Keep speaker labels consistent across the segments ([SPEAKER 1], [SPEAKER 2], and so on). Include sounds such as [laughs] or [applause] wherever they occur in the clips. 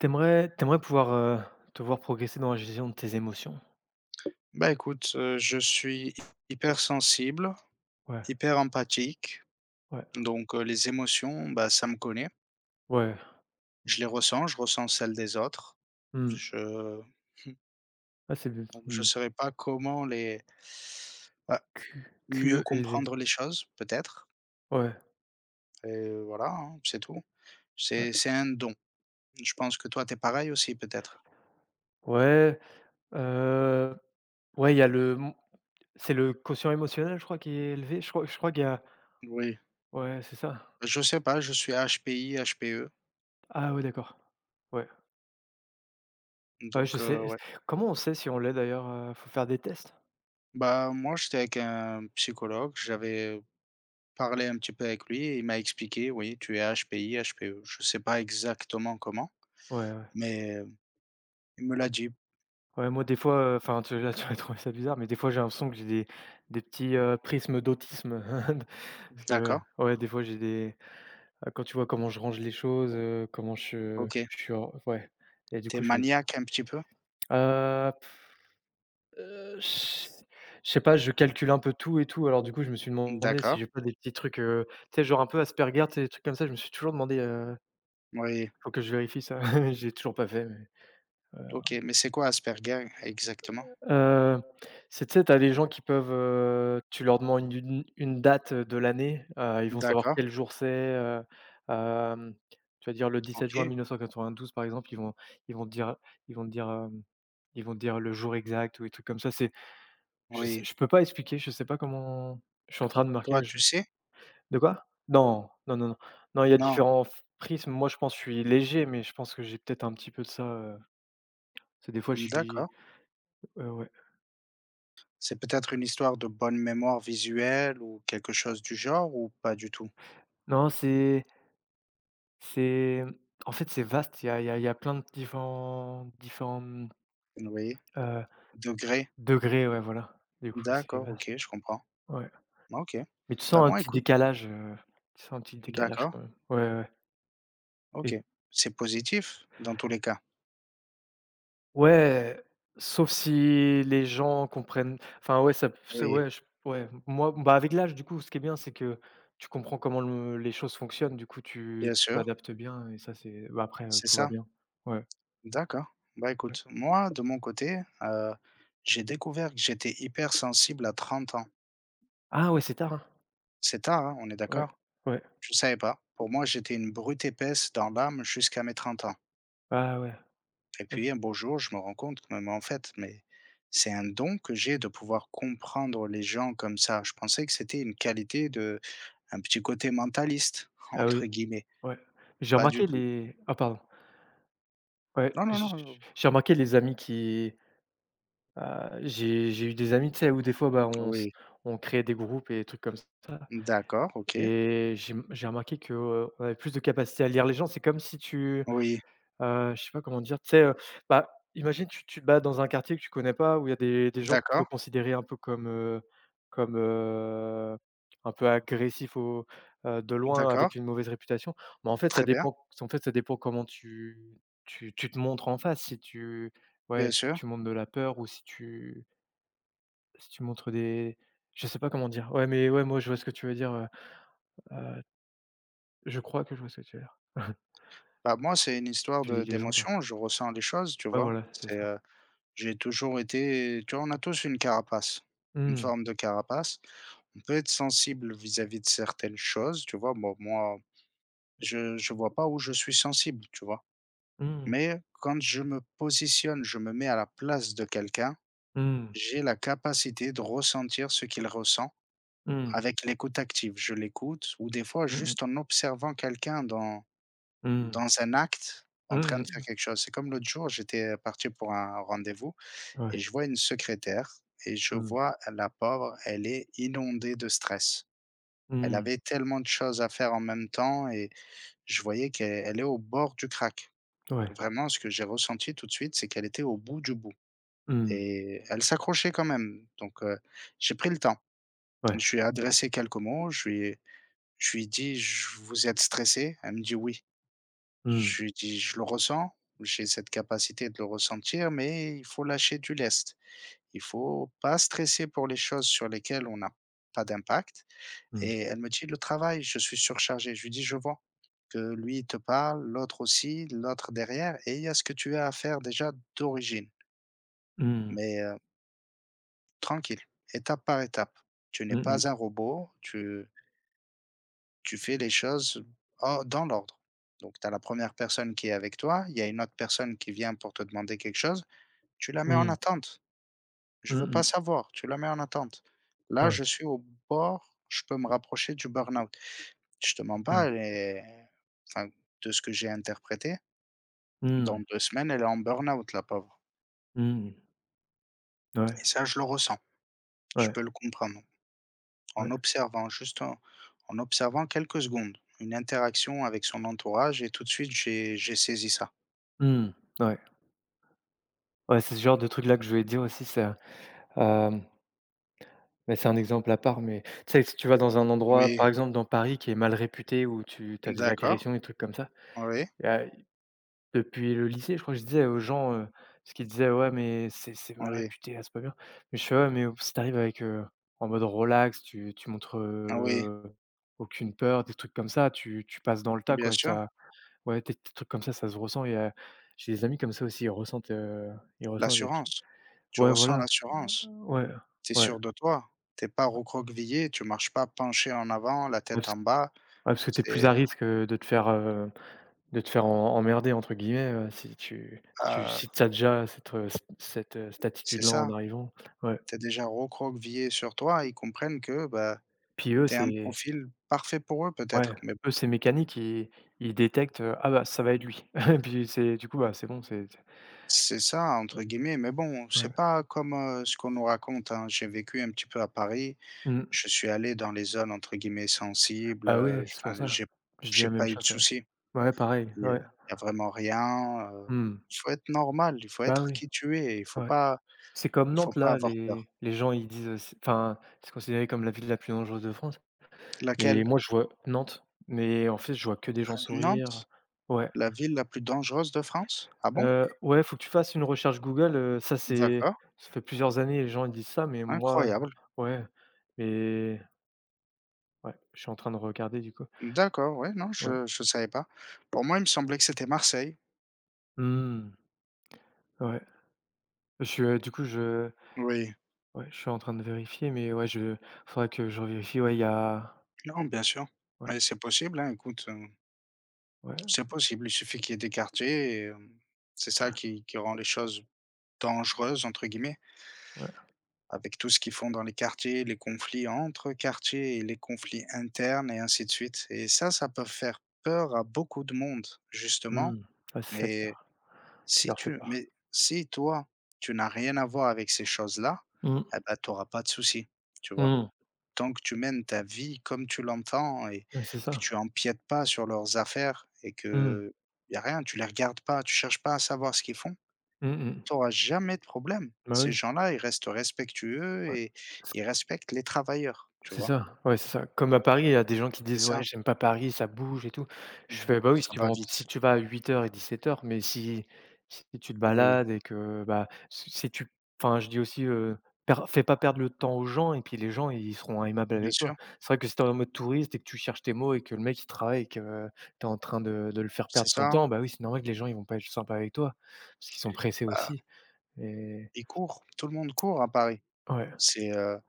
[SPEAKER 1] T'aimerais pouvoir, te voir progresser dans la gestion de tes émotions.
[SPEAKER 2] Bah, écoute, je suis hyper sensible,
[SPEAKER 1] Ouais,
[SPEAKER 2] hyper empathique,
[SPEAKER 1] ouais,
[SPEAKER 2] donc les émotions, bah, ça me connaît.
[SPEAKER 1] ouais.
[SPEAKER 2] Je les ressens, je ressens celles des autres.
[SPEAKER 1] Mmh.
[SPEAKER 2] Je
[SPEAKER 1] Ah c'est b
[SPEAKER 2] Donc je
[SPEAKER 1] Mmh.
[SPEAKER 2] saurais pas comment les bah,
[SPEAKER 1] Q
[SPEAKER 2] mieux
[SPEAKER 1] QELV.
[SPEAKER 2] comprendre les choses peut-être,
[SPEAKER 1] Ouais,
[SPEAKER 2] et voilà, hein, c'est tout.
[SPEAKER 1] ouais.
[SPEAKER 2] C'est un don. Je pense que toi, t'es pareil aussi peut-être?
[SPEAKER 1] Ouais, heu, ouais, il y a le m c'est le quotient émotionnel, je crois, qui est élevé. Je crois qu'il y a
[SPEAKER 2] Oui.
[SPEAKER 1] ouais, c'est ça.
[SPEAKER 2] Je sais pas, je suis HPI, HPE
[SPEAKER 1] Ah ouais, d'accord. Ouais. Ouais, je
[SPEAKER 2] donc
[SPEAKER 1] sais.
[SPEAKER 2] ouais.
[SPEAKER 1] Comment on sait si on l'est d'ailleurs? Faut faire des tests?
[SPEAKER 2] Bah, moi, j'étais avec un psychologue, j'avais parlé un petit peu avec lui et il m'a expliqué: «Oui, tu es HPI, HPE». Je sais pas exactement comment,
[SPEAKER 1] Ouais, ouais,
[SPEAKER 2] mais il me
[SPEAKER 1] ouais.
[SPEAKER 2] l'a dit.
[SPEAKER 1] Ouais, moi des fois, enfin tu là tu vas trouver ça bizarre, mais des fois j'ai l'impression que j'ai des petits prismes d'autisme. [laughs] Parce que
[SPEAKER 2] D'accord,
[SPEAKER 1] ouais, des fois, j'ai des ah, quand tu vois comment je range les choses comment je
[SPEAKER 2] OK.
[SPEAKER 1] je suis or ouais. Et du
[SPEAKER 2] T'es
[SPEAKER 1] coup, je me dis
[SPEAKER 2] maniaque un petit peu?
[SPEAKER 1] heu, heu, je je sais pas, je calcule un peu tout et tout. Alors du coup, je me suis demandé si
[SPEAKER 2] D'accord,
[SPEAKER 1] j'ai pas des petits trucs tu sais, genre un peu Asperger, tu sais, des trucs comme ça. Je me suis toujours demandé:
[SPEAKER 2] oui,
[SPEAKER 1] «Faut que je vérifie ça». [laughs] J'ai toujours pas fait, mais voilà.
[SPEAKER 2] OK. Mais c'est quoi Asperger exactement?
[SPEAKER 1] Heu, c'est tu sais, tu des gens qui peuvent tu leur demandes une date, de l'année, ils vont savoir
[SPEAKER 2] D'accord,
[SPEAKER 1] quel jour c'esthem, tu vas dire le dix sept juin
[SPEAKER 2] OK,
[SPEAKER 1] mille neuf cent quatre-vingt douze par exemple. Ils vont ils vont te dire ils vont te dire, hem, ils vont te dire le jour exact ou des trucs comme ça. C'est
[SPEAKER 2] oui.
[SPEAKER 1] je peux pas expliquer, je sais pas comment... Je suis en train de marquer
[SPEAKER 2] Toi,
[SPEAKER 1] je
[SPEAKER 2] tu sais?
[SPEAKER 1] de quoi? Non, non, non, non. Non, il y a
[SPEAKER 2] Non?
[SPEAKER 1] différents f prismes. Moi, je pense que je suis léger, mais je pense que j'ai peut-être un petit peu de ça, tu des fois, je suis,
[SPEAKER 2] D'accord.
[SPEAKER 1] ouais.
[SPEAKER 2] C'est peut-être une histoire de bonne mémoire visuelle ou quelque chose du genre ou pas du tout?
[SPEAKER 1] Non, c'est... C'est, en fait, c'est vaste. Il y a plein de différents
[SPEAKER 2] Oui,
[SPEAKER 1] euh,
[SPEAKER 2] degré?
[SPEAKER 1] degrés, ouais, voilà. Du coup, c'est
[SPEAKER 2] D'accord,
[SPEAKER 1] vaste.
[SPEAKER 2] OK, je comprends.
[SPEAKER 1] Ouais,
[SPEAKER 2] OK.
[SPEAKER 1] mais tu
[SPEAKER 2] Bah,
[SPEAKER 1] sens un
[SPEAKER 2] moi
[SPEAKER 1] petit
[SPEAKER 2] écoute,
[SPEAKER 1] décalage tu sens un petit décalage
[SPEAKER 2] d'accord.
[SPEAKER 1] quand même. Ouais, ouais, ouais.
[SPEAKER 2] OK,
[SPEAKER 1] Et
[SPEAKER 2] c'est positif dans tous les cas.
[SPEAKER 1] ouais, sauf si les gens comprennent, enfin, ouais, ça ça
[SPEAKER 2] Oui,
[SPEAKER 1] ouais, j ouais, moi, bah, avec l'âge, du coup, ce qui est bien, c'est que tu comprends comment le les choses fonctionnent. Du coup, tu
[SPEAKER 2] bien
[SPEAKER 1] tu
[SPEAKER 2] sûr,
[SPEAKER 1] t'adaptes bien et ça, c'est, après
[SPEAKER 2] c'est
[SPEAKER 1] tout va
[SPEAKER 2] ça.
[SPEAKER 1] bien. Ouais,
[SPEAKER 2] D'accord. Bah,
[SPEAKER 1] ouais.
[SPEAKER 2] écoute, moi, de mon côté, j'ai découvert que j'étais hypersensible à 30 ans.
[SPEAKER 1] Ah ouais, c'est tard, hein?
[SPEAKER 2] C'est tard, hein, on est
[SPEAKER 1] Ouais,
[SPEAKER 2] d'accord?
[SPEAKER 1] ouais.
[SPEAKER 2] Je ne savais pas. Pour moi, j'étais une brute épaisse dans l'âme jusqu'à mes 30 ans
[SPEAKER 1] Ah ouais,
[SPEAKER 2] et
[SPEAKER 1] ouais.
[SPEAKER 2] puis un beau jour, je me rends compte que, mais en fait, mais c'est un don que j'ai de pouvoir comprendre les gens comme ça. Je pensais que c'était une qualité de un petit côté «mentaliste» [laughs]
[SPEAKER 1] Ah
[SPEAKER 2] entre
[SPEAKER 1] oui.
[SPEAKER 2] guillemets.
[SPEAKER 1] Ouais. J'ai
[SPEAKER 2] Pas du
[SPEAKER 1] remarqué
[SPEAKER 2] tout.
[SPEAKER 1] les Ah, pardon. Ouais,
[SPEAKER 2] Non, non, non.
[SPEAKER 1] j'ai remarqué les amis qui, heu, j'ai eu des amis, tu sais, où des fois, bah,
[SPEAKER 2] Oui.
[SPEAKER 1] on créait des groupes et des trucs comme ça
[SPEAKER 2] D'accord, OK.
[SPEAKER 1] et j'ai remarqué que on avait plus de capacité à lire les gens. C'est comme si tu...
[SPEAKER 2] Oui,
[SPEAKER 1] Je sais pas comment dire, tu sais bah, imagine tu te bats dans un quartier que tu connais pas, où il y a des gens que tu peux
[SPEAKER 2] d'accord,
[SPEAKER 1] considérer un peu commecomme, heu, un peu agressifs au de loin
[SPEAKER 2] d'accord,
[SPEAKER 1] avec une mauvaise réputation. Mais en fait, ça
[SPEAKER 2] très bien,
[SPEAKER 1] dépend comment tu te montres en face. Si tu...
[SPEAKER 2] bien
[SPEAKER 1] ouais,
[SPEAKER 2] sûr.
[SPEAKER 1] tu montres de la peur ou si tu montres des... Je sais pas comment dire. Ouais, mais ouais, moi je vois ce que tu veux direheu, je crois que je vois ce que tu veux dire. [laughs]
[SPEAKER 2] Bah, moi, c'est une histoire
[SPEAKER 1] Tu lis
[SPEAKER 2] de
[SPEAKER 1] les gens, quoi.
[SPEAKER 2] d'émotion, je ressens les choses, tu
[SPEAKER 1] Ouais,
[SPEAKER 2] vois?
[SPEAKER 1] voilà, c'est
[SPEAKER 2] C'est,
[SPEAKER 1] ça.
[SPEAKER 2] j'ai toujours été, tu vois, on a tous une carapace, une
[SPEAKER 1] Mmh.
[SPEAKER 2] forme de carapace. On peut être sensible vis-à-vis de certaines choses, tu vois? Bon, moi, je vois pas où je suis sensible, tu vois?
[SPEAKER 1] Mmh.
[SPEAKER 2] Mais quand je me positionne, je me mets à la place de quelqu'un,
[SPEAKER 1] Mmh.
[SPEAKER 2] j'ai la capacité de ressentir ce qu'il ressent.
[SPEAKER 1] Mhm.
[SPEAKER 2] Avec l'écoute active, je l'écoute ou des fois
[SPEAKER 1] Mhm,
[SPEAKER 2] juste en observant quelqu'un dans
[SPEAKER 1] mhm.
[SPEAKER 2] un acte en
[SPEAKER 1] Mhm,
[SPEAKER 2] train de faire
[SPEAKER 1] mhm.
[SPEAKER 2] quelque chose. C'est comme l'autre jour, j'étais parti pour un rendez-vous et
[SPEAKER 1] Ouais.
[SPEAKER 2] je vois une secrétaire et je
[SPEAKER 1] Mhm,
[SPEAKER 2] vois la pauvre, elle est inondée de stress. Elle
[SPEAKER 1] mhm.
[SPEAKER 2] avait tellement de choses à faire en même temps et je voyais qu'elle elle est au bord du crack.
[SPEAKER 1] Ouais.
[SPEAKER 2] Vraiment, ce que j'ai ressenti tout de suite, c'est qu'elle était au bout du bout
[SPEAKER 1] Mhm.
[SPEAKER 2] et elle s'accrochait quand même. Donc, j'ai pris le temps.
[SPEAKER 1] Ouais.
[SPEAKER 2] Je lui ai adressé quelques mots, je lui ai je lui ai dit: «Je vous êtes stressé?» Elle me dit: «Oui».
[SPEAKER 1] Mhm,
[SPEAKER 2] Je lui ai dit: «Je le ressens, j'ai cette capacité de le ressentir, mais il faut lâcher du lest. Il faut pas stresser pour les choses sur lesquelles on n'a pas d'impact»
[SPEAKER 1] mhm.
[SPEAKER 2] et elle me dit: «Le travail, je suis surchargé. Je lui dis: «Je vois que lui, il te parle, l'autre aussi, l'autre derrière et il y a ce que tu as à faire déjà d'origine,
[SPEAKER 1] Mhm.
[SPEAKER 2] mais tranquille, étape par étape. Tu n'es
[SPEAKER 1] Mhm,
[SPEAKER 2] pas un robot, tu» Tu fais les choses en dans l'ordre. Donc tu as la première personne qui est avec toi, il y a une autre personne qui vient pour te demander quelque chose, tu la mets en
[SPEAKER 1] mhm.
[SPEAKER 2] attente. «Je veux pas
[SPEAKER 1] Mhm.
[SPEAKER 2] savoir», tu la mets en attente. Là,
[SPEAKER 1] Ouais.
[SPEAKER 2] je suis au bord, je peux me rapprocher du burn-out. Je te mens pas,
[SPEAKER 1] Mhm.
[SPEAKER 2] elle est enfin, de ce que j'ai interprété, dans
[SPEAKER 1] Mhm.
[SPEAKER 2] 2 semaines, elle est en burn-out la pauvre
[SPEAKER 1] Mhm. Ouais,
[SPEAKER 2] et ça, je le ressens. Je
[SPEAKER 1] ouais,
[SPEAKER 2] peux le comprendre
[SPEAKER 1] ouais.
[SPEAKER 2] en observant, juste en en observant quelques secondes, une interaction avec son entourage et tout de suite j'ai saisi ça.
[SPEAKER 1] Mmh. Ouais. Ouais, c'est ce genre de truc là que je voulais dire aussi, c'esthem, mais c'est un exemple à part, mais tu sais, si tu vas dans un endroit,
[SPEAKER 2] Oui.
[SPEAKER 1] par exemple dans Paris qui est mal réputé, où tu as des
[SPEAKER 2] D'accord,
[SPEAKER 1] agressions, des trucs comme ça.
[SPEAKER 2] oui,
[SPEAKER 1] Il y a Depuis le lycée, je crois que je disais aux gens parce qu'ils disaient: «Ouais, mais c'est mal
[SPEAKER 2] oui,
[SPEAKER 1] réputé, ah, c'est pas bien». Mais je fais: «Ouais, mais si t'arrives avec en mode relax, tu montres
[SPEAKER 2] oui,
[SPEAKER 1] aucune peur, des trucs comme ça, tu passes dans le tas,
[SPEAKER 2] bien
[SPEAKER 1] quoi,
[SPEAKER 2] sûr,
[SPEAKER 1] ça ouais, des tes trucs comme ça se ressent». Et j'ai des amis comme ça aussi, ils ressentent ils ressentent les
[SPEAKER 2] l'assurance. Tu
[SPEAKER 1] ouais,
[SPEAKER 2] ressens
[SPEAKER 1] voilà,
[SPEAKER 2] l'assurance,
[SPEAKER 1] ouais, ouais,
[SPEAKER 2] tu es
[SPEAKER 1] ouais.
[SPEAKER 2] sûr de toi, t'es pas recroquevillé, tu marches pas penché en avant, la tête
[SPEAKER 1] parce Ouais,
[SPEAKER 2] en bas,
[SPEAKER 1] parce que t'es plus à
[SPEAKER 2] c'est,
[SPEAKER 1] risque de te faire en «emmerder» entre guillemets si tu si tu si
[SPEAKER 2] heu,
[SPEAKER 1] tu déjà cette cette
[SPEAKER 2] c'est
[SPEAKER 1] attitude-là en
[SPEAKER 2] ça,
[SPEAKER 1] arrivant, ouais.
[SPEAKER 2] tu es déjà recroquevillé sur toi, ils comprennent que, bah,
[SPEAKER 1] Puis eux,
[SPEAKER 2] tu es un
[SPEAKER 1] c'est
[SPEAKER 2] profil parfait pour eux
[SPEAKER 1] Ouais,
[SPEAKER 2] peut-être, mais bon,
[SPEAKER 1] eux, c'est mécanique, ils détectent: «Ah bah, ça va être lui». [laughs] Puis c'est Du coup, bah, c'est bon, c'est
[SPEAKER 2] c'est ça entre guillemets, mais bon,
[SPEAKER 1] ouais.
[SPEAKER 2] c'est pas comme, ce qu'on nous raconte, hein. J'ai vécu un petit peu à Paris,
[SPEAKER 1] Mmh.
[SPEAKER 2] je suis allé dans les zones entre guillemets «sensibles»,
[SPEAKER 1] Bah oui, c'est pour
[SPEAKER 2] enfin
[SPEAKER 1] ça.
[SPEAKER 2] j'ai
[SPEAKER 1] Je dis la même
[SPEAKER 2] pas eu de
[SPEAKER 1] chose, ouais.
[SPEAKER 2] soucis.
[SPEAKER 1] Ouais, pareil,
[SPEAKER 2] Il y a
[SPEAKER 1] ouais.
[SPEAKER 2] vraiment rien,
[SPEAKER 1] Mmh.
[SPEAKER 2] il faut être normal, il faut
[SPEAKER 1] Bah
[SPEAKER 2] être
[SPEAKER 1] oui,
[SPEAKER 2] qui tu es, il faut
[SPEAKER 1] ouais.
[SPEAKER 2] pas
[SPEAKER 1] C'est comme Nantes là,
[SPEAKER 2] avoir
[SPEAKER 1] les
[SPEAKER 2] peur.
[SPEAKER 1] les gens ils disent c'est considéré comme la ville la plus dangereuse de France, mais
[SPEAKER 2] Laquelle?
[SPEAKER 1] moi je vois Nantes, mais en fait, je vois que des gens sourire.
[SPEAKER 2] Nantes?
[SPEAKER 1] Ouais
[SPEAKER 2] La ville la plus dangereuse de France? Ah bon?
[SPEAKER 1] ouais, faut que tu fasses une recherche Google,
[SPEAKER 2] D'accord,
[SPEAKER 1] ça fait plusieurs années, les gens ils disent ça, mais
[SPEAKER 2] incroyable.
[SPEAKER 1] ouais, mais ouais, je suis en train de regarder du coup.
[SPEAKER 2] D'accord, ouais, non,
[SPEAKER 1] Ouais.
[SPEAKER 2] je savais pas. Pour moi, il me semblait que c'était Marseille.
[SPEAKER 1] Mmh, ouais. Je suis du coup, je
[SPEAKER 2] Oui,
[SPEAKER 1] ouais, je suis en train de vérifier, mais ouais, je faudrait que je vérifie. Ouais, il y a
[SPEAKER 2] non, bien sûr,
[SPEAKER 1] Ouais,
[SPEAKER 2] mais c'est possible, hein, écoute,
[SPEAKER 1] ouais,
[SPEAKER 2] c'est possible, il suffit qu'il y ait des quartiers et c'est ça qui rend les choses «dangereuses» entre guillemets.
[SPEAKER 1] ouais.
[SPEAKER 2] Avec tout ce qu'ils font dans les quartiers, les conflits entre quartiers et les conflits internes et ainsi de suite. Et ça peut faire peur à beaucoup de monde, justement.
[SPEAKER 1] Mmh. Ouais, c'est ça
[SPEAKER 2] Et
[SPEAKER 1] qui
[SPEAKER 2] si
[SPEAKER 1] leur fait
[SPEAKER 2] tu
[SPEAKER 1] peur.
[SPEAKER 2] mais si toi, tu n'as rien à voir avec ces choses-là,
[SPEAKER 1] Mmh.
[SPEAKER 2] eh bah, tu auras pas de soucis, tu vois?
[SPEAKER 1] Mmh.
[SPEAKER 2] Tant que tu mènes ta vie comme tu l'entends et
[SPEAKER 1] Ouais, c'est
[SPEAKER 2] que
[SPEAKER 1] ça.
[SPEAKER 2] tu empiètes pas sur leurs affaires et
[SPEAKER 1] Mmh.
[SPEAKER 2] que y a rien, tu les regardes pas, tu cherches pas à savoir ce qu'ils font.
[SPEAKER 1] Mmh mh.
[SPEAKER 2] Tu auras jamais de problème.
[SPEAKER 1] Bah
[SPEAKER 2] Ces
[SPEAKER 1] oui.
[SPEAKER 2] gens-là, ils restent respectueux
[SPEAKER 1] Ouais.
[SPEAKER 2] et ils respectent les travailleurs, tu
[SPEAKER 1] C'est
[SPEAKER 2] vois?
[SPEAKER 1] ça, ouais, c'est ça. Comme à Paris, il y a des gens qui
[SPEAKER 2] C'est
[SPEAKER 1] disent: «Ouais,
[SPEAKER 2] ça.
[SPEAKER 1] j'aime pas Paris, ça bouge et tout». Je
[SPEAKER 2] Mmh,
[SPEAKER 1] fais: «Bah oui, si
[SPEAKER 2] ça
[SPEAKER 1] tu vas
[SPEAKER 2] va
[SPEAKER 1] en
[SPEAKER 2] vite.
[SPEAKER 1] si tu vas à 8 heures et 17 heures, mais si tu te
[SPEAKER 2] Oui,
[SPEAKER 1] balades et que, bah, si tu», Je dis aussi: «Per Fais pas perdre le temps aux gens et puis les gens, ils seront aimables
[SPEAKER 2] bien
[SPEAKER 1] avec toi».
[SPEAKER 2] sûr,
[SPEAKER 1] C'est vrai que si t'es en mode touriste et que tu cherches tes mots et que le mec il travaille et que t'es en train de le faire
[SPEAKER 2] c'est
[SPEAKER 1] perdre son
[SPEAKER 2] ça.
[SPEAKER 1] temps, bah oui, c'est normal que les gens ils vont pas être sympas avec toi, parce qu'ils sont pressés
[SPEAKER 2] Bah,
[SPEAKER 1] aussi et
[SPEAKER 2] ils courent, tout le monde court à Paris.
[SPEAKER 1] ouais.
[SPEAKER 2] C'est,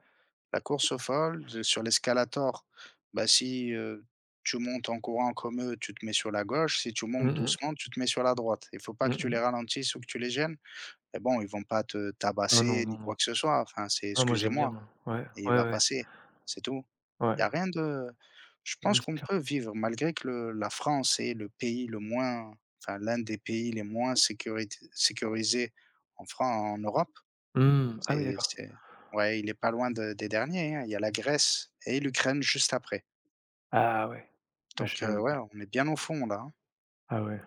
[SPEAKER 2] la course folle de sur l'escalator. Bah, si, tu montes en courant comme eux, tu te mets sur la gauche, si tu
[SPEAKER 1] Mmh
[SPEAKER 2] montes
[SPEAKER 1] mh.
[SPEAKER 2] doucement, tu te mets sur la droite. Il faut pas
[SPEAKER 1] Mmh
[SPEAKER 2] que tu les
[SPEAKER 1] mh.
[SPEAKER 2] ralentisses ou que tu les gênes, mais bon, ils vont pas te
[SPEAKER 1] Ah non,
[SPEAKER 2] tabasser ni
[SPEAKER 1] non, non.
[SPEAKER 2] quoi que ce soit, enfin, c'est
[SPEAKER 1] Ah moi j'aime bien,
[SPEAKER 2] excusez-moi.
[SPEAKER 1] hein. Ouais,
[SPEAKER 2] Et il
[SPEAKER 1] ouais,
[SPEAKER 2] va
[SPEAKER 1] ouais.
[SPEAKER 2] passer, c'est tout.
[SPEAKER 1] Ouais,
[SPEAKER 2] Il y a rien de je
[SPEAKER 1] oui,
[SPEAKER 2] pense
[SPEAKER 1] c'est
[SPEAKER 2] qu'on
[SPEAKER 1] clair.
[SPEAKER 2] peut vivre malgré que le la France est le pays le moins enfin l'un des pays les moins sécurité sécurisés en France, en Europe.
[SPEAKER 1] Mmh. Ah oui,
[SPEAKER 2] C'est
[SPEAKER 1] d'accord.
[SPEAKER 2] c'est ouais, il est pas loin de des derniers, hein. Il y a la Grèce et l'Ukraine juste après.
[SPEAKER 1] Ah ouais. Ouais, je
[SPEAKER 2] Donc
[SPEAKER 1] savais même pas.
[SPEAKER 2] ouais, on est bien au fond là, hein.
[SPEAKER 1] Ah ouais.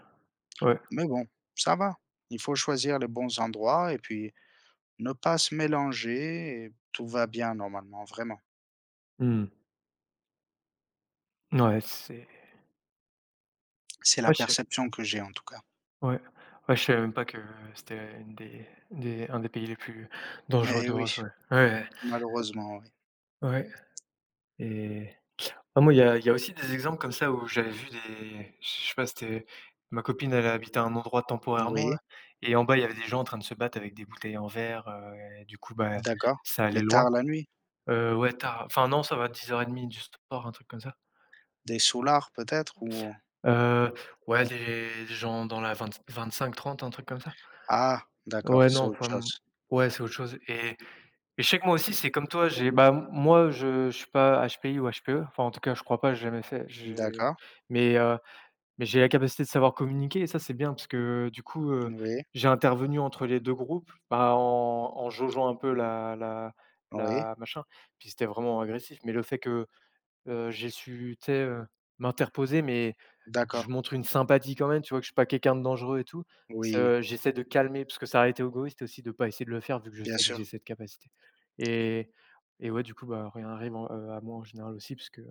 [SPEAKER 1] Ouais.
[SPEAKER 2] Mais bon, ça va. Il faut choisir les bons endroits et puis ne pas se mélanger et tout va bien normalement, vraiment.
[SPEAKER 1] Mmh. Ouais, c'est
[SPEAKER 2] C'est
[SPEAKER 1] ouais,
[SPEAKER 2] la
[SPEAKER 1] je
[SPEAKER 2] perception que j'ai en tout cas.
[SPEAKER 1] ouais. Ouais, je savais même pas que c'était une des un des pays les plus dangereux
[SPEAKER 2] Eh oui.
[SPEAKER 1] d'Europe, ouais. Ouais, ouais.
[SPEAKER 2] Malheureusement, oui.
[SPEAKER 1] Ouais et ah moi, il y a aussi des exemples comme ça où j'avais vu des je sais pas, c'était ma copine, elle habitait à un endroit temporairement
[SPEAKER 2] Oui,
[SPEAKER 1] là et en bas, il y avait des gens en train de se battre avec des bouteilles en verre et du coup, bah,
[SPEAKER 2] d'accord,
[SPEAKER 1] ça allait
[SPEAKER 2] mais
[SPEAKER 1] loin.
[SPEAKER 2] tard la nuit?
[SPEAKER 1] Ouais, tu enfin non, ça va... 10:30 du sport, un truc comme ça.
[SPEAKER 2] Des soulards peut-être ou
[SPEAKER 1] Heu, ouais, des gens dans la vingt 25-30, un truc comme ça?
[SPEAKER 2] ah
[SPEAKER 1] Ouais,
[SPEAKER 2] d'accord, c'est
[SPEAKER 1] non,
[SPEAKER 2] autre
[SPEAKER 1] pas m
[SPEAKER 2] chose.
[SPEAKER 1] ouais, c'est autre chose et je sais que moi aussi, c'est comme toi, j'ai bah, m Moi, je suis pas HPI ou HPE, enfin, en tout cas, je crois pas, j'ai jamais fait, j'ai
[SPEAKER 2] D'accord,
[SPEAKER 1] mais Mais j'ai la capacité de savoir communiquer et ça, c'est bien parce que du coup
[SPEAKER 2] oui,
[SPEAKER 1] j'ai intervenu entre les 2 groupes, bah, en jaugeant un peu
[SPEAKER 2] oui,
[SPEAKER 1] la machin, puis c'était vraiment agressif, mais le fait que j'ai su, tu sais m'interposer, mais je
[SPEAKER 2] d'accord,
[SPEAKER 1] montre une sympathie quand même, tu vois que je suis pas quelqu'un de dangereux et tout. C'est
[SPEAKER 2] oui,
[SPEAKER 1] j'essaie de calmer parce que ça aurait été égoïste aussi de pas essayer de le faire vu que je
[SPEAKER 2] bien
[SPEAKER 1] sais que j'ai
[SPEAKER 2] sûr,
[SPEAKER 1] cette capacité et et ouais, du coup, bah, rien arrive en à moi en général aussi parce que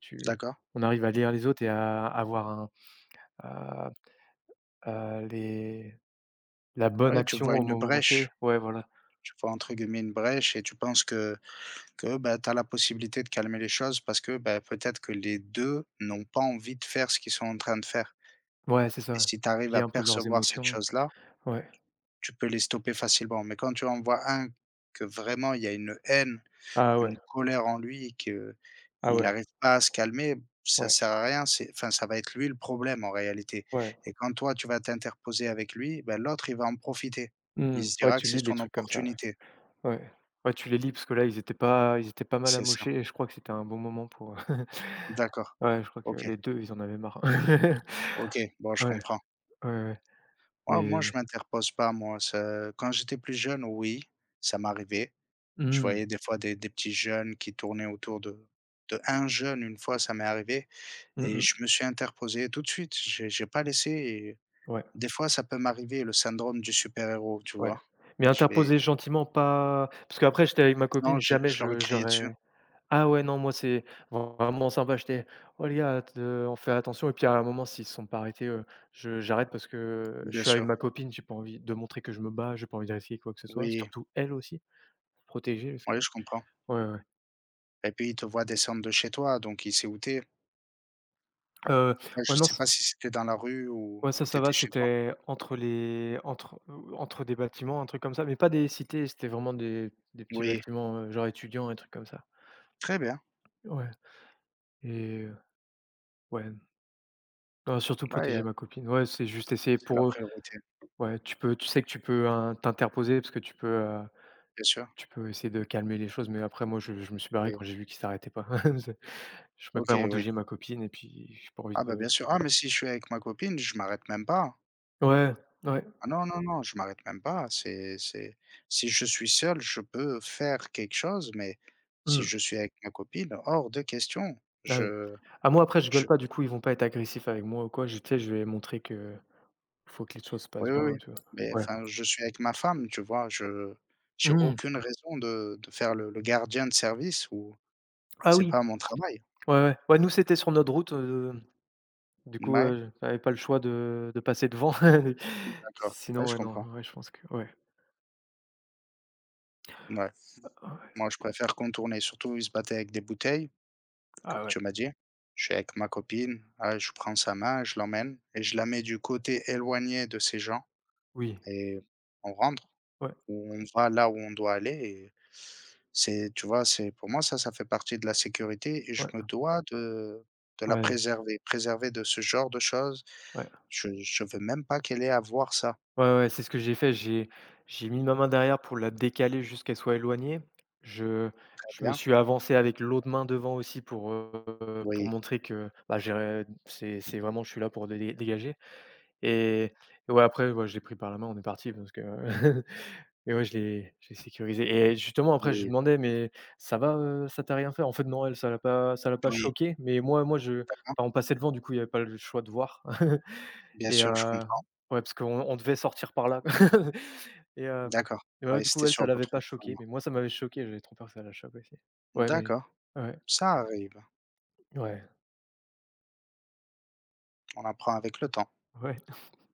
[SPEAKER 1] tu
[SPEAKER 2] d'accord.
[SPEAKER 1] on arrive à lire les autres et à avoir un à à les la
[SPEAKER 2] Ah
[SPEAKER 1] bonne
[SPEAKER 2] oui, tu
[SPEAKER 1] action
[SPEAKER 2] vois
[SPEAKER 1] au
[SPEAKER 2] une
[SPEAKER 1] moment T.
[SPEAKER 2] brèche,
[SPEAKER 1] Ouais, voilà.
[SPEAKER 2] tu vois entre guillemets «une brèche» et tu penses que, bah, tu as la possibilité de calmer les choses parce que, bah, peut-être que les 2 n'ont pas envie de faire ce qu'ils sont en train de faire
[SPEAKER 1] Ouais, c'est
[SPEAKER 2] et
[SPEAKER 1] ça.
[SPEAKER 2] si tu
[SPEAKER 1] Tu
[SPEAKER 2] arrives
[SPEAKER 1] lis
[SPEAKER 2] à
[SPEAKER 1] un peu leurs
[SPEAKER 2] percevoir cette
[SPEAKER 1] émotions.
[SPEAKER 2] chose-là,
[SPEAKER 1] Ouais.
[SPEAKER 2] tu peux les stopper facilement mais quand tu en vois un que vraiment il y a une haine
[SPEAKER 1] Ah ouais,
[SPEAKER 2] une colère en lui que
[SPEAKER 1] ah
[SPEAKER 2] il
[SPEAKER 1] ouais,
[SPEAKER 2] n'arrive pas à se calmer, ça
[SPEAKER 1] ouais,
[SPEAKER 2] sert à rien, c'est enfin, ça va être lui le problème en réalité
[SPEAKER 1] ouais.
[SPEAKER 2] et quand toi tu vas t'interposer avec lui, ben l'autre il va en profiter. Il
[SPEAKER 1] Mmh,
[SPEAKER 2] se
[SPEAKER 1] ouais,
[SPEAKER 2] dira que
[SPEAKER 1] tu lis
[SPEAKER 2] c'est
[SPEAKER 1] les
[SPEAKER 2] son
[SPEAKER 1] trucs comme ça.
[SPEAKER 2] opportunité.
[SPEAKER 1] Ouais. Ouais, tu les lis parce que là, ils étaient pas mal
[SPEAKER 2] C'est ça.
[SPEAKER 1] amochés et je crois que c'était un bon moment pour... [laughs]
[SPEAKER 2] D'accord.
[SPEAKER 1] Ouais, je crois que
[SPEAKER 2] OK,
[SPEAKER 1] les 2, ils en avaient marre.
[SPEAKER 2] OK,
[SPEAKER 1] [laughs]
[SPEAKER 2] bon je
[SPEAKER 1] Ouais,
[SPEAKER 2] comprends.
[SPEAKER 1] ouais, ouais,
[SPEAKER 2] Moi, je
[SPEAKER 1] mais
[SPEAKER 2] m'interpose pas moi, ça quand j'étais plus jeune, oui, ça m'arrivait. Je
[SPEAKER 1] mmh.
[SPEAKER 2] voyais des fois des petits jeunes qui tournaient autour de un jeune, une fois ça m'est arrivé
[SPEAKER 1] Mmh
[SPEAKER 2] et je
[SPEAKER 1] mh.
[SPEAKER 2] me suis interposé tout de suite. J'ai pas laissé.
[SPEAKER 1] Ouais,
[SPEAKER 2] Des fois, ça peut m'arriver le syndrome du super-héros, tu
[SPEAKER 1] ouais,
[SPEAKER 2] vois?
[SPEAKER 1] mais
[SPEAKER 2] Je vais
[SPEAKER 1] interposer gentiment, pas parce qu'après j'étais avec ma
[SPEAKER 2] non,
[SPEAKER 1] copine,
[SPEAKER 2] je
[SPEAKER 1] jamais
[SPEAKER 2] je leur ai
[SPEAKER 1] je
[SPEAKER 2] crié
[SPEAKER 1] j'aurais
[SPEAKER 2] dessus,
[SPEAKER 1] ah ouais, non, moi, c'est vraiment sympa, j'étais: «Oh les gars, t on fait attention» et puis à un moment, s'ils se sont pas arrêtés je j'arrête parce que je
[SPEAKER 2] bien
[SPEAKER 1] suis avec
[SPEAKER 2] sûr.
[SPEAKER 1] ma copine, j'ai pas envie de montrer que je me bats, j'ai pas envie de risquer quoi que ce soit,
[SPEAKER 2] Oui,
[SPEAKER 1] surtout elle aussi, protéger parce que
[SPEAKER 2] oui, je comprends
[SPEAKER 1] ouais, ouais.
[SPEAKER 2] et puis, il te voit descendre de chez toi, donc il sait où tu es.
[SPEAKER 1] Heu,
[SPEAKER 2] Après,
[SPEAKER 1] ouais,
[SPEAKER 2] je
[SPEAKER 1] non,
[SPEAKER 2] sais
[SPEAKER 1] c
[SPEAKER 2] pas si c'était dans la rue
[SPEAKER 1] ouais,
[SPEAKER 2] ou
[SPEAKER 1] ça,
[SPEAKER 2] tu
[SPEAKER 1] ça va,
[SPEAKER 2] étais chez toi?
[SPEAKER 1] c'était entre des bâtiments, un truc comme ça, mais pas des cités, c'était vraiment des petits
[SPEAKER 2] Oui,
[SPEAKER 1] bâtiments genre étudiants, un truc comme ça.
[SPEAKER 2] très bien.
[SPEAKER 1] Ouais et heu, ouais, non, surtout
[SPEAKER 2] Ouais,
[SPEAKER 1] protéger ma copine. Ouais, c'est juste essayer
[SPEAKER 2] c'est la
[SPEAKER 1] pour
[SPEAKER 2] priorité,
[SPEAKER 1] ouais, tu sais que tu peux, hein, t'interposer parce que tu peux
[SPEAKER 2] bien sûr,
[SPEAKER 1] tu peux essayer de calmer les choses, mais après moi, je me suis barré
[SPEAKER 2] oui.
[SPEAKER 1] quand j'ai vu qu'ils s'arrêtaient pas. [laughs] C'est- Je peux pas
[SPEAKER 2] OK, oui.
[SPEAKER 1] endouiller ma copine et puis j'ai pas envie
[SPEAKER 2] Ah bah,
[SPEAKER 1] de
[SPEAKER 2] bien sûr. Ah mais si je suis avec ma copine, je m'arrête même pas.
[SPEAKER 1] ouais, ouais,
[SPEAKER 2] Ah non, non, non, je m'arrête même pas. C'est Si je suis seul, je peux faire quelque chose, mais si
[SPEAKER 1] mmh,
[SPEAKER 2] je suis avec ma copine, hors de question.
[SPEAKER 1] ah oui.
[SPEAKER 2] Je
[SPEAKER 1] Ah moi après je gueule
[SPEAKER 2] je
[SPEAKER 1] pas du coup, ils vont pas être agressifs avec moi ou quoi, je tu sais, je vais montrer que faut que les choses se
[SPEAKER 2] oui,
[SPEAKER 1] passent bien,
[SPEAKER 2] oui, oui,
[SPEAKER 1] tu vois?
[SPEAKER 2] mais
[SPEAKER 1] Ouais.
[SPEAKER 2] enfin, je suis avec ma femme, tu vois? Je J'ai
[SPEAKER 1] Mmh.
[SPEAKER 2] aucune raison de faire le gardien de service ou
[SPEAKER 1] Ah
[SPEAKER 2] c'est
[SPEAKER 1] oui,
[SPEAKER 2] pas mon travail.
[SPEAKER 1] ouais, ouais. Ouais, nous c'était sur notre route du coup
[SPEAKER 2] Ouais
[SPEAKER 1] j'avais pas le choix de passer devant. [laughs]
[SPEAKER 2] d'accord.
[SPEAKER 1] Sinon
[SPEAKER 2] Ouais, je
[SPEAKER 1] ouais, non,
[SPEAKER 2] comprends.
[SPEAKER 1] ouais, je pense que ouais,
[SPEAKER 2] Ouais.
[SPEAKER 1] ouais.
[SPEAKER 2] Moi, je préfère contourner, surtout ils se battaient avec des bouteilles.
[SPEAKER 1] Ah
[SPEAKER 2] Comme
[SPEAKER 1] ouais,
[SPEAKER 2] tu m'as dit. Je suis avec ma copine, ah, je prends sa main, je l'emmène et je la mets du côté éloigné de ces gens
[SPEAKER 1] oui,
[SPEAKER 2] et on rentre
[SPEAKER 1] ouais,
[SPEAKER 2] ou on va là où on doit aller et c'est tu vois, c'est pour moi ça, ça fait partie de la sécurité et je
[SPEAKER 1] ouais,
[SPEAKER 2] me dois de la
[SPEAKER 1] ouais,
[SPEAKER 2] préserver, préserver de ce genre de choses.
[SPEAKER 1] ouais.
[SPEAKER 2] Je veux même pas qu'elle ait à voir ça.
[SPEAKER 1] Ouais, ouais, c'est ce que j'ai fait. J'ai mis ma main derrière pour la décaler jusqu'à qu'elle soit éloignée. Je
[SPEAKER 2] Très
[SPEAKER 1] je me
[SPEAKER 2] bien.
[SPEAKER 1] suis avancé avec l'autre main devant aussi pour pour
[SPEAKER 2] Oui,
[SPEAKER 1] montrer que, bah, j'ai c'est vraiment je suis là pour dé dégager et et ouais, après, ouais, je l'ai pris par la main, on est parti parce que... [laughs] Et ouais, je l'ai sécurisé et justement après je lui
[SPEAKER 2] oui,
[SPEAKER 1] demandais: «Mais ça va ça t'a rien fait?» En fait non, elle, ça l'a pas
[SPEAKER 2] oui,
[SPEAKER 1] choqué, mais moi moi je
[SPEAKER 2] hein,
[SPEAKER 1] enfin on passait devant, du coup, il y avait pas le choix de voir. [laughs]
[SPEAKER 2] bien
[SPEAKER 1] Et heu,
[SPEAKER 2] sûr, je comprends.
[SPEAKER 1] ouais, parce qu'on devait sortir par là. [laughs] Et hem,
[SPEAKER 2] D'accord.
[SPEAKER 1] et ouais,
[SPEAKER 2] Ouais,
[SPEAKER 1] du coup,
[SPEAKER 2] c'était
[SPEAKER 1] elle, ça
[SPEAKER 2] sur
[SPEAKER 1] l'avait
[SPEAKER 2] votre
[SPEAKER 1] pas
[SPEAKER 2] route.
[SPEAKER 1] choqué, mais moi, ça m'avait choqué, j'avais trop peur que ça la choque aussi. Ouais, mais
[SPEAKER 2] D'accord,
[SPEAKER 1] ouais,
[SPEAKER 2] ça arrive.
[SPEAKER 1] ouais,
[SPEAKER 2] On apprend avec le temps.
[SPEAKER 1] ouais.